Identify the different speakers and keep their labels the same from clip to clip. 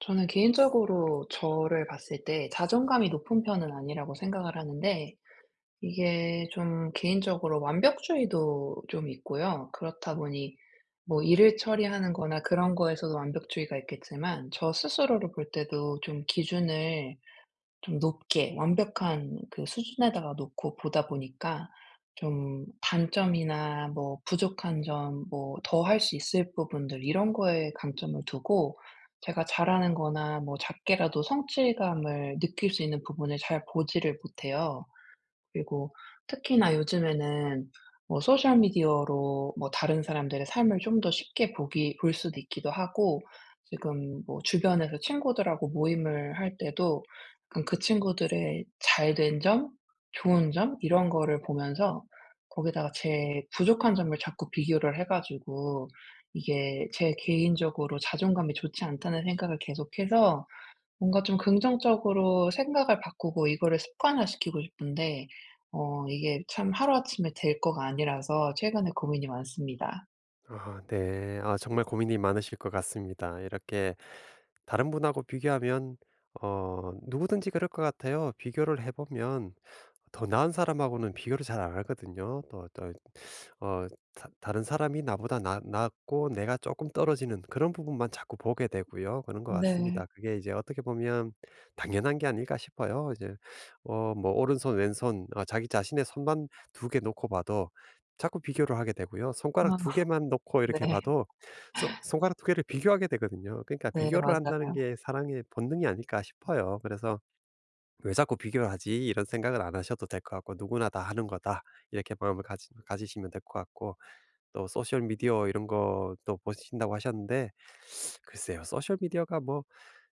Speaker 1: 저는 개인적으로 저를 봤을 때 자존감이 높은 편은 아니라고 생각을 하는데, 이게 좀 개인적으로 완벽주의도 좀 있고요. 그렇다 보니 뭐 일을 처리하는 거나 그런 거에서도 완벽주의가 있겠지만, 저 스스로를 볼 때도 좀 기준을 좀 높게 완벽한 그 수준에다가 놓고 보다 보니까 좀 단점이나 뭐 부족한 점, 뭐 더 할 수 있을 부분들 이런 거에 강점을 두고, 제가 잘하는 거나 뭐 작게라도 성취감을 느낄 수 있는 부분을 잘 보지를 못해요. 그리고 특히나 요즘에는 뭐 소셜 미디어로 뭐 다른 사람들의 삶을 좀 더 쉽게 보기 볼 수도 있기도 하고, 지금 뭐 주변에서 친구들하고 모임을 할 때도 약간 그 친구들의 잘된 점, 좋은 점 이런 거를 보면서 거기다가 제 부족한 점을 자꾸 비교를 해 가지고 이게 제 개인적으로 자존감이 좋지 않다는 생각을 계속해서, 뭔가 좀 긍정적으로 생각을 바꾸고 이거를 습관화시키고 싶은데 이게 참 하루아침에 될 거가 아니라서 최근에 고민이 많습니다.
Speaker 2: 아 네. 아 정말 고민이 많으실 것 같습니다. 이렇게 다른 분하고 비교하면 누구든지 그럴 것 같아요. 비교를 해 보면 더 나은 사람하고는 비교를 잘 안 하거든요. 또 어, 다른 사람이 나보다 낫고 내가 조금 떨어지는 그런 부분만 자꾸 보게 되고요. 그런 것
Speaker 1: 네.
Speaker 2: 같습니다. 그게 이제 어떻게 보면 당연한 게 아닐까 싶어요. 이제, 뭐, 오른손, 왼손, 자기 자신의 손만 두 개 놓고 봐도 자꾸 비교를 하게 되고요. 손가락
Speaker 1: 아.
Speaker 2: 두 개만 놓고 이렇게
Speaker 1: 네.
Speaker 2: 봐도 손가락 두 개를 비교하게 되거든요. 그러니까
Speaker 1: 네,
Speaker 2: 비교를
Speaker 1: 맞아요.
Speaker 2: 한다는 게 사랑의 본능이 아닐까 싶어요. 그래서 '왜 자꾸 비교를 하지?' 이런 생각은 안 하셔도 될 것 같고 '누구나 다 하는 거다.' 이렇게 마음을 가지시면 될 것 같고 또 소셜 미디어 이런 것도 보신다고 하셨는데 글쎄요. 소셜 미디어가 뭐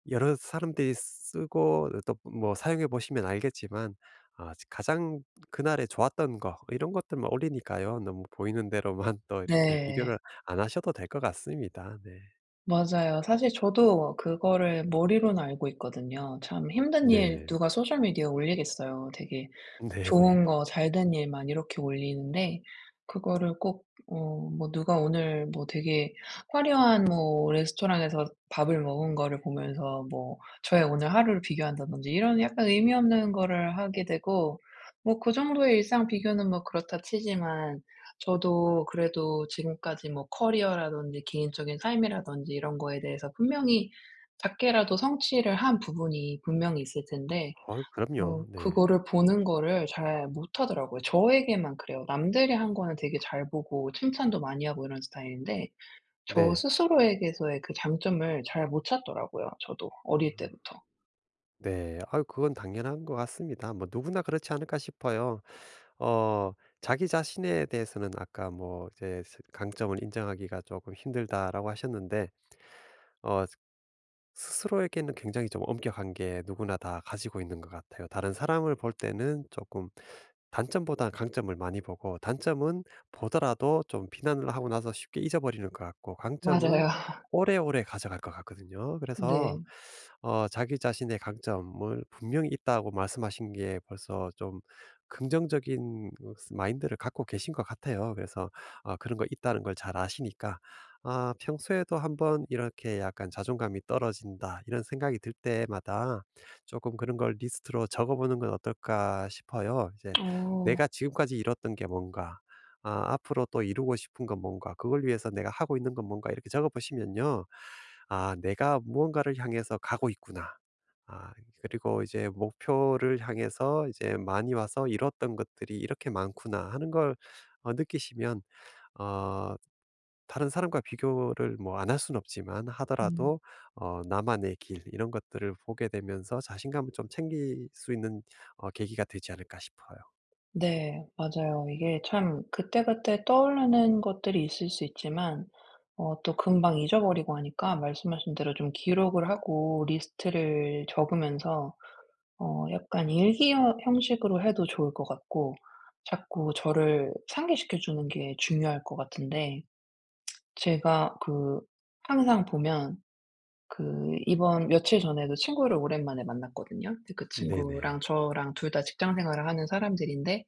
Speaker 2: 여러 사람들이 쓰고 또 뭐 사용해 보시면 알겠지만 아 가장 그날에 좋았던 거 이런 것들만 올리니까요. 너무 보이는 대로만 또 이렇게
Speaker 1: 네.
Speaker 2: 비교를 안 하셔도 될 것 같습니다. 네.
Speaker 1: 맞아요. 사실 저도 그거를 머리로는 알고 있거든요. 참 힘든 일
Speaker 2: 네.
Speaker 1: 누가 소셜 미디어에 올리겠어요? 되게
Speaker 2: 네네.
Speaker 1: 좋은 거 잘된 일만 이렇게 올리는데, 그거를 꼭 뭐 누가 오늘 뭐 되게 화려한 뭐 레스토랑에서 밥을 먹은 거를 보면서 뭐 저의 오늘 하루를 비교한다든지 이런 약간 의미 없는 거를 하게 되고, 뭐 그 정도의 일상 비교는 뭐 그렇다 치지만, 저도 그래도 지금까지 뭐 커리어라든지 개인적인 삶이라든지 이런 거에 대해서 분명히 작게라도 성취를 한 부분이 분명히 있을 텐데,
Speaker 2: 그럼요. 네.
Speaker 1: 그거를 보는 거를 잘 못하더라고요. 저에게만 그래요. 남들이 한 거는 되게 잘 보고 칭찬도 많이 하고 이런 스타일인데, 저
Speaker 2: 네.
Speaker 1: 스스로에게서의 그 장점을 잘 못 찾더라고요, 저도 어릴
Speaker 2: 음.
Speaker 1: 때부터.
Speaker 2: 네. 아유 그건 당연한 것 같습니다. 뭐 누구나 그렇지 않을까 싶어요. 어 자기 자신에 대해서는 아까 뭐 이제 스 "강점을 인정하기가 조금 힘들다."라고 하셨는데 어 스스로에게는 굉장히 좀 엄격한 게 누구나 다 가지고 있는 것 같아요. 다른 사람을 볼 때는 조금 단점보다 강점을 많이 보고 단점은 보더라도 좀 비난을 하고 나서 쉽게 잊어버리는 것 같고 강점은
Speaker 1: 맞아요.
Speaker 2: 오래오래 가져갈 것 같거든요. 그래서
Speaker 1: 네.
Speaker 2: 자기 자신의 강점을 분명히 있다고 말씀하신 게 벌써 좀 긍정적인 마인드를 갖고 계신 것 같아요. 그래서 어, 그런 거 있다는 걸 잘 아시니까 아, 평소에도 한번 이렇게 약간 자존감이 떨어진다, 이런 생각이 들 때마다 조금 그런 걸 리스트로 적어보는 건 어떨까 싶어요. 이제
Speaker 1: 어.
Speaker 2: 내가 지금까지 이뤘던 게 뭔가, 아, 앞으로 또 이루고 싶은 건 뭔가, 그걸 위해서 내가 하고 있는 건 뭔가, 이렇게 적어보시면요. 아, 내가 무언가를 향해서 가고 있구나. 아, 그리고 이제 목표를 향해서 이제 많이 와서 이뤘던 것들이 이렇게 많구나 하는 걸 어, 느끼시면 어 다른 사람과 비교를 뭐 안 할 수는 없지만
Speaker 1: 음.
Speaker 2: 하더라도 나만의 길 이런 것들을 보게 되면서 자신감을 좀 챙길 수 있는 계기가 되지 않을까 싶어요.
Speaker 1: 네. 맞아요. 이게 참 그때그때 떠오르는 것들이 있을 수 있지만, 또 금방 잊어버리고 하니까, 말씀하신 대로 좀 기록을 하고 리스트를 적으면서 약간 일기 형 형식으로 해도 좋을 것 같고, 자꾸 저를 상기시켜 주는 게 중요할 것 같은데, 제가 그 항상 보면, 그 이번 며칠 전에도 친구를 오랜만에 만났거든요. 근데 그 친구랑
Speaker 2: 네네.
Speaker 1: 저랑 둘 다 직장 생활을 하는 사람들인데,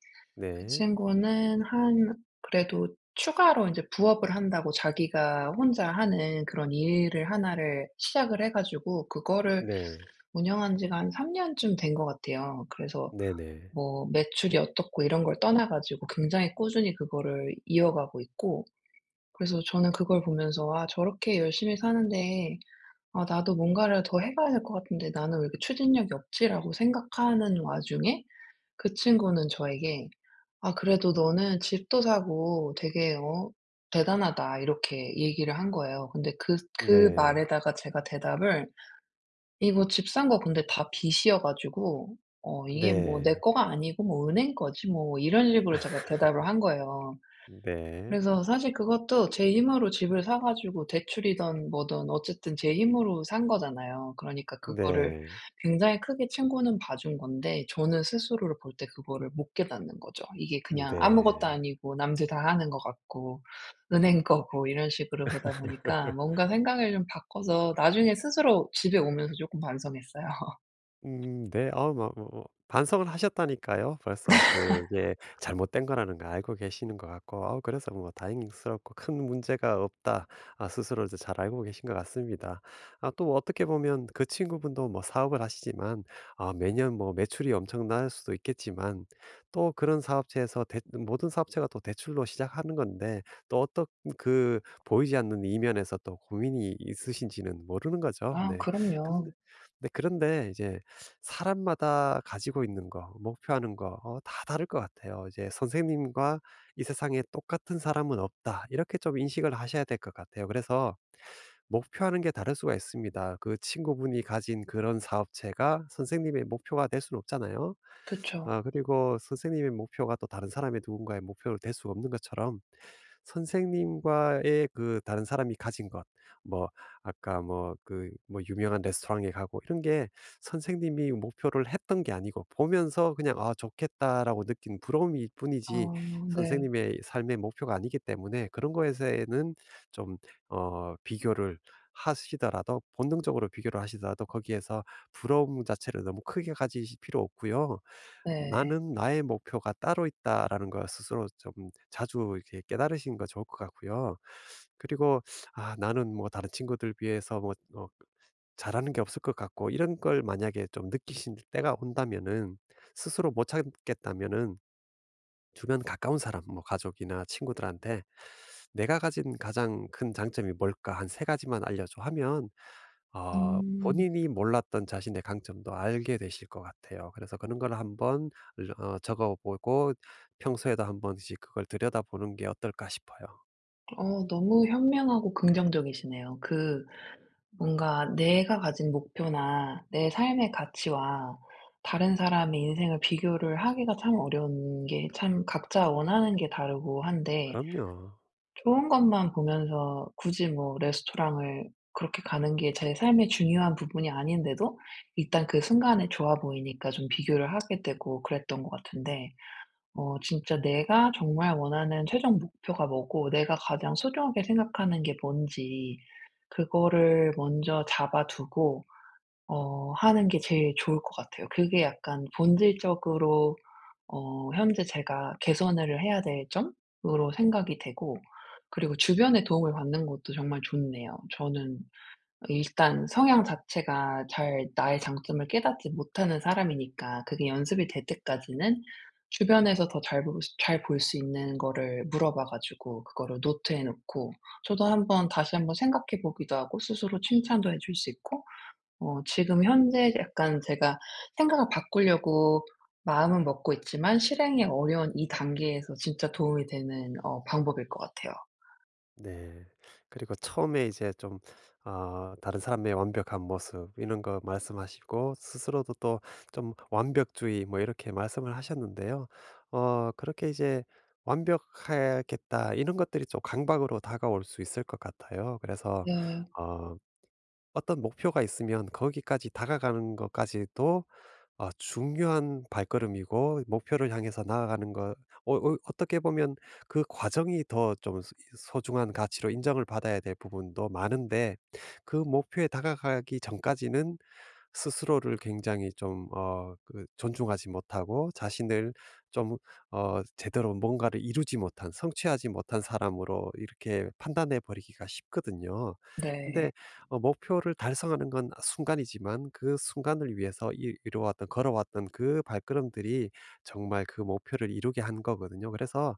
Speaker 1: 그
Speaker 2: 네.
Speaker 1: 친구는 한, 그래도 추가로 이제 부업을 한다고 자기가 혼자 하는 그런 일을 하나를 시작을 해 가지고 그거를
Speaker 2: 네.
Speaker 1: 운영한 지가 한 3 년쯤 된 것 같아요. 그래서
Speaker 2: 네네.
Speaker 1: 뭐 매출이 어떻고 이런 걸 떠나 가지고 굉장히 꾸준히 그거를 이어가고 있고, 그래서 저는 그걸 보면서 '아 저렇게 열심히 사는데 아 나도 뭔가를 더 해 가야 될 것 같은데 나는 왜 이렇게 추진력이 없지?'라고 생각하는 와중에, 그 친구는 저에게 "아 그래도 너는 집도 사고 되게 대단하다." 이렇게 얘기를 한 거예요. 근데 그
Speaker 2: 네.
Speaker 1: 말에다가 제가 대답을, 이거 집 산거 근데 다 빚이어 가지고 이게 뭐 "내
Speaker 2: 네.
Speaker 1: 거가 아니고 뭐 은행 거지." 뭐 이런 식으로 제가 대답을 한 거예요.
Speaker 2: 네.
Speaker 1: 그래서 사실 그것도 제 힘으로 집을 사 가지고, 대출이든 뭐든 어쨌든 제 힘으로 산 거잖아요. 그러니까 그거를
Speaker 2: 네.
Speaker 1: 굉장히 크게 친구는 봐준 건데, 저는 스스로를 볼 때 그거를 못 깨닫는 거죠. 이게 그냥 아무것도
Speaker 2: 네.
Speaker 1: 아니고 남들 다 하는 것 같고 은행 거고 이런 식으로 보다 보니까 뭔가 생각을 좀 바꿔서 나중에 스스로 집에 오면서 쪼끔 반성했어요.
Speaker 2: 네. 아뭐뭐 뭐, 반성을 하셨다니까요. 벌써 그게 잘못된 거라는 걸 알고 계시는 것 같고 아 그래서 뭐 다행스럽고 '큰 문제가 없다.' 아 스스로 이제 잘 알고 계신 것 같습니다. 아 또 어떻게 보면 그 친구분도 뭐 사업을 하시지만 아 매년 뭐 매출이 엄청날 수도 있겠지만 또 그런 사업체에서 대 모든 사업체가 또 대출로 시작하는 건데 또 어떤 그 보이지 않는 이면에서 또 고민이 있으신지는 모르는 거죠.
Speaker 1: 아
Speaker 2: 네. 근데
Speaker 1: 그럼요.
Speaker 2: 네 그런데 이제 사람마다 가지고 있는 거, 목표하는 거, 어, 다 다를 것 같아요. 이제 선생님과 이 세상에 똑같은 사람은 없다. 이렇게 좀 인식을 하셔야 될 것 같아요. 그래서 목표하는 게 다를 수가 있습니다. 그 친구분이 가진 그런 사업체가 선생님의 목표가 될 수는 없잖아요.
Speaker 1: 그쵸.
Speaker 2: 아, 그리고 선생님의 목표가 또 다른 사람의 누군가의 목표로 될 수가 없는 것처럼 선생님과의 그 다른 사람이 가진 것, 뭐, 아까 뭐, 그, 뭐, 유명한 레스토랑에 가고 이런 게 선생님이 목표를 했던 게 아니고 보면서 그냥 아, 좋겠다라고 느낀 부러움일 뿐이지
Speaker 1: 아 네.
Speaker 2: 선생님의 삶의 목표가 아니기 때문에 그런 거에서는 좀, 어, 비교를 하시더라도 본능적으로 비교를 하시더라도 거기에서 부러움 자체를 너무 크게 가지실 필요 없고요.
Speaker 1: 네.
Speaker 2: '나는 나의 목표가 따로 있다.'라는 걸 스스로 좀 자주 이렇게 깨달으시는 거 좋을 것 같고요. 그리고 '아 나는 뭐 다른 친구들 비해서 뭐 잘하는 게 없을 것 같고.' 이런 걸 만약에 좀 느끼실 때가 온다면은 스스로 못 찾겠다면은 주변 가까운 사람 뭐 가족이나 친구들한테 "내가 가진 가장 큰 장점이 뭘까? 한 세 가지만 알려줘." 하면
Speaker 1: 음.
Speaker 2: 본인이 몰랐던 자신의 강점도 알게 되실 것 같아요. 그래서 그런 걸 한번 적어 보고 평소에도 한 번씩 그걸 들여다보는 게 어떨까 싶어요.
Speaker 1: 너무 현명하고 긍정적이시네요. 그 뭔가 내가 가진 목표나 내 삶의 가치와 다른 사람의 인생을 비교를 하기가 참 어려운 게 참 각자 원하는 게 다르고 한데,
Speaker 2: 그럼요.
Speaker 1: 좋은 것만 보면서 굳이 뭐 레스토랑을 그렇게 가는 게 제 삶의 중요한 부분이 아닌데도 일단 그 순간에 좋아 보이니까 좀 비교를 하게 되고 그랬던 것 같은데, 진짜 내가 정말 원하는 최종 목표가 뭐고 내가 가장 소중하게 생각하는 게 뭔지, 그거를 먼저 잡아 두고 하는 게 제일 좋을 것 같아요. 그게 약간 본질적으로 현재 제가 개선을 해야 될 점으로 생각이 되고, 그리고 주변의 도움을 받는 것도 정말 좋네요. 저는 일단 성향 자체가 잘 나의 장점을 깨닫지 못하는 사람이니까 그게 연습이 될 때까지는 주변에서 더 잘 볼 수 있는 거를 물어봐 가지고 그거를 노트에 놓고 저도 한번 다시 한번 생각해 보기도 하고 스스로 칭찬도 해줄 수 있고, 지금 현재 약간 제가 생각을 바꾸려고 마음은 먹고 있지만 실행이 어려운 이 단계에서 진짜 도움이 되는 방법일 것 같아요.
Speaker 2: 네. 그리고 처음에 이제 좀 아 다른 사람의 완벽한 모습 이런 거 말씀하시고 스스로도 또 좀 완벽주의 뭐 이렇게 말씀을 하셨는데요. 그렇게 이제 '완벽하겠다.' 이런 것들이 좀 강박으로 다가올 수 있을 것 같아요. 그래서
Speaker 1: 네.
Speaker 2: 어 어떤 목표가 있으면 거기까지 다가가는 것까지도 아 중요한 발걸음이고 목표를 향해서 나아가는 것 어떻게 보면 그 과정이 더 좀 소중한 가치로 인정을 받아야 될 부분도 많은데 그 목표에 다가가기 전까지는 스스로를 굉장히 좀 그 존중하지 못하고 자신을 좀 제대로 뭔가를 이루지 못한 성취하지 못한 사람으로 이렇게 판단해 버리기가 쉽거든요.
Speaker 1: 네.
Speaker 2: 근데 목표를 달성하는 건 순간이지만 그 순간을 위해서 이이어왔던 걸어왔던 그 발걸음들이 정말 그 목표를 이루게 한 거거든요. 그래서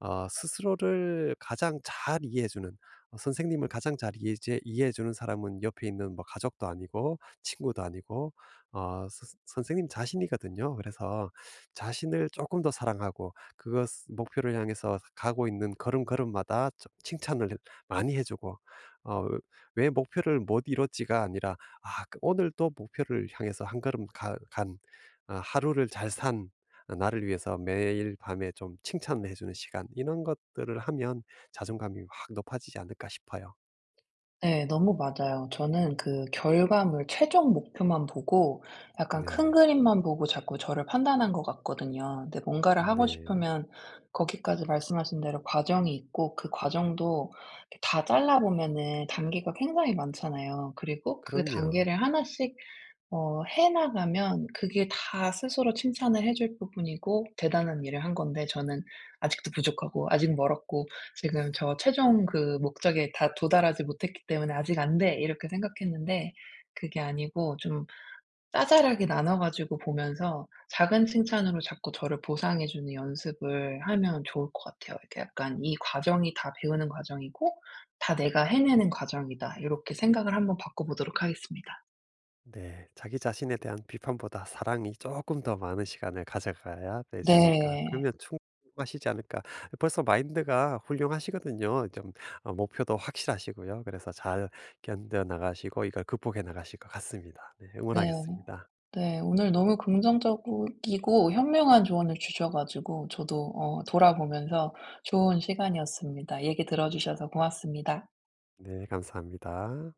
Speaker 2: 스스로를 가장 잘 이해해 주는 선생님을 가장 잘 이해해 주는 사람은 옆에 있는 뭐 가족도 아니고 친구도 아니고 어 스 선생님 자신이거든요. 그래서 자신을 조금 더 사랑하고 그것 목표를 향해서 가고 있는 걸음걸음마다 좀 칭찬을 많이 해 주고 어 왜 목표를 못 이뤘지가 아니라 '아 그 오늘 도 목표를 향해서 한 걸음 가 간 아 하루를 잘 산.' 나를 위해서 매일 밤에 좀 칭찬을 해주는 시간 이런 것들을 하면 자존감이 확 높아지지 않을까 싶어요.
Speaker 1: 네. 너무 맞아요. 저는 그 결과물 최종 목표만 보고 약간 큰
Speaker 2: 네,
Speaker 1: 그림만 보고 자꾸 저를 판단한 것 같거든요. 근데 뭔가를 하고
Speaker 2: 네,
Speaker 1: 싶으면 거기까지 말씀하신 대로 과정이 있고, 그 과정도 다 잘라 보면은 단계가 굉장히 많잖아요. 그리고 그
Speaker 2: 그럼요.
Speaker 1: 단계를 하나씩 해나가면 그게 다 스스로 칭찬을 해줄 부분이고 대단한 일을 한 건데, 저는 아직도 부족하고 아직 멀었고 지금 저 최종 그 목적에 다 도달하지 못했기 때문에 '아직 안 돼.' 이렇게 생각했는데, 그게 아니고 좀 짜잘하게 나눠 가지고 보면서 작은 칭찬으로 자꾸 저를 보상해 주는 연습을 하면 좋을 것 같아요. 이렇게 약간 '이 과정이 다 배우는 과정이고 다 내가 해내는 과정이다.' 이렇게 생각을 한번 바꿔 보도록 하겠습니다.
Speaker 2: 네, 자기 자신에 대한 비판보다 사랑이 조금 더 많은 시간을 가져가야 되지 않을까.
Speaker 1: 네.
Speaker 2: 그러면 충분하시지 않을까. 벌써 마인드가 훌륭하시거든요. 좀 어, 목표도 확실하시고요. 그래서 잘 견뎌 나가시고 이걸 극복해 나가실 것 같습니다. 네,
Speaker 1: 네.
Speaker 2: 응원하겠습니다.
Speaker 1: 네. 오늘 너무 긍정적이고 현명한 조언을 주셔 가지고 저도 돌아보면서 좋은 시간이었습니다. 얘기 들어 주셔서 고맙습니다.
Speaker 2: 네, 감사합니다.